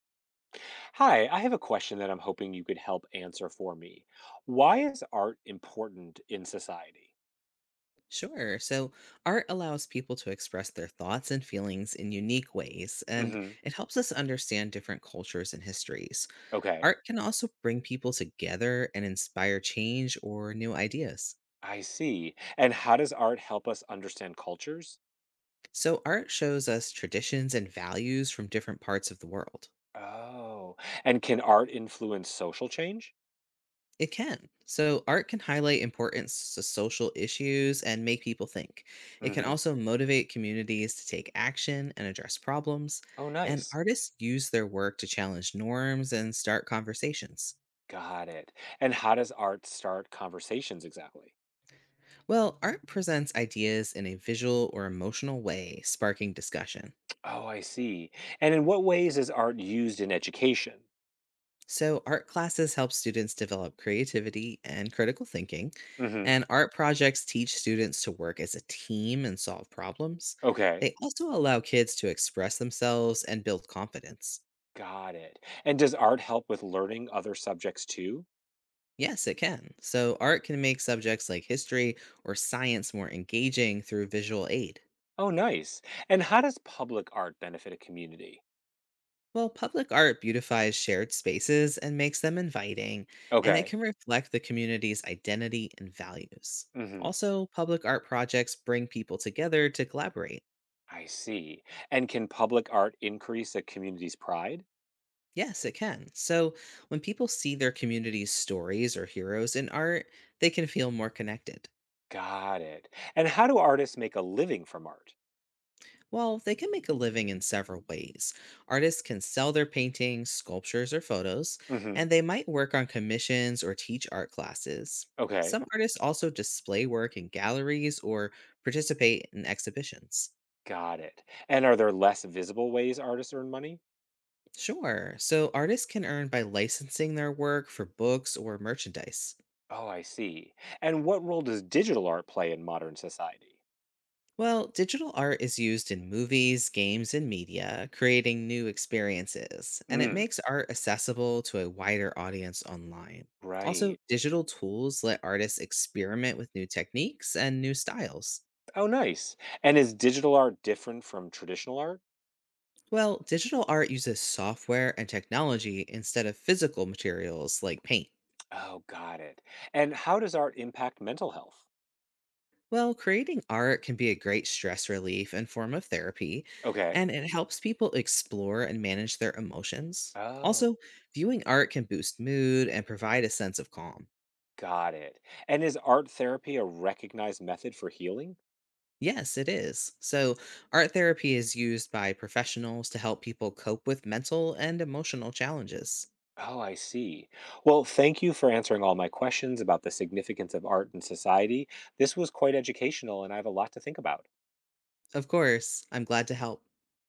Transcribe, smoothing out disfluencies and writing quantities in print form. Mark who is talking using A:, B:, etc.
A: Hi, I have a question that I'm hoping you could help answer for me. Why is art important in society?
B: Sure. So, art allows people to express their thoughts and feelings in unique ways, and
A: Hmm.
B: it helps us understand different cultures and histories.
A: Okay.
B: Art can also bring people together and inspire change or new ideas.
A: I see. And how does art help us understand cultures?
B: So, art shows us traditions and values from different parts of the world.
A: Oh, and can art influence social change?
B: It can. So, art can highlight important social issues and make people think. It can
A: Hmm.
B: also motivate communities to take action and address problems.
A: Oh,
B: And
A: nice.
B: artists use their work to challenge norms and start conversations.
A: Got it. And how does art start conversations exactly?
B: Well, art presents ideas in a visual or emotional way, sparking discussion.
A: Oh, I see. And in what ways is art used in education?
B: So, art classes help students develop creativity and critical thinking,
A: Hmm.
B: and art projects teach students to work as a team and solve problems.
A: Okay,
B: They also allow kids to express themselves and build confidence.
A: got it. And does art help with learning other subjects too?
B: Yes, it can. So, art can make subjects like history or science more engaging through visual aid.
A: Oh, nice. And how does public art benefit a community?
B: Well, public art beautifies shared spaces and makes them inviting, and it
A: Okay.
B: can reflect the community's identity and values.
A: Hmm.
B: Also, public art projects bring people together to collaborate.
A: I see. And can public art increase a community's pride?
B: Yes, it can. So, when people see their community's stories or heroes in art, they can feel more connected.
A: Got it. And how do artists make a living from art?
B: Well, they can make a living in several ways. Artists can sell their paintings, sculptures, or photos, and
A: Hmm.
B: they might work on commissions or teach art classes.
A: Okay.
B: Some artists also display work in galleries or participate in exhibitions.
A: Got it. And are there less visible ways artists earn money?
B: Sure, so artists can earn by licensing their work for books or merchandise.
A: Oh, I see. And what role does digital art play in modern society?
B: Well, digital art is used in movies, games, and media, creating new experiences, and it
A: Mm,
B: makes art accessible to a wider audience online. Also,
A: right.
B: digital tools let artists experiment with new techniques and new styles.
A: Oh, nice. And is digital art different from traditional art?
B: Well, digital art uses software and technology instead of physical materials like paint.
A: Oh, got it. And how does art impact mental health?
B: Well, creating art can be a great stress relief and form of therapy,
A: Okay.
B: and it helps people explore and manage their emotions.
A: Oh,
B: Also, viewing art can boost mood and provide a sense of calm.
A: got it. And is art therapy a recognized method for healing?
B: Yes, it is. So, art therapy is used by professionals to help people cope with mental and emotional challenges.
A: Oh, I see. Well, thank you for answering all my questions about the significance of art in society. This was quite educational, and I have a lot to think about.
B: Of course, I'm glad to help.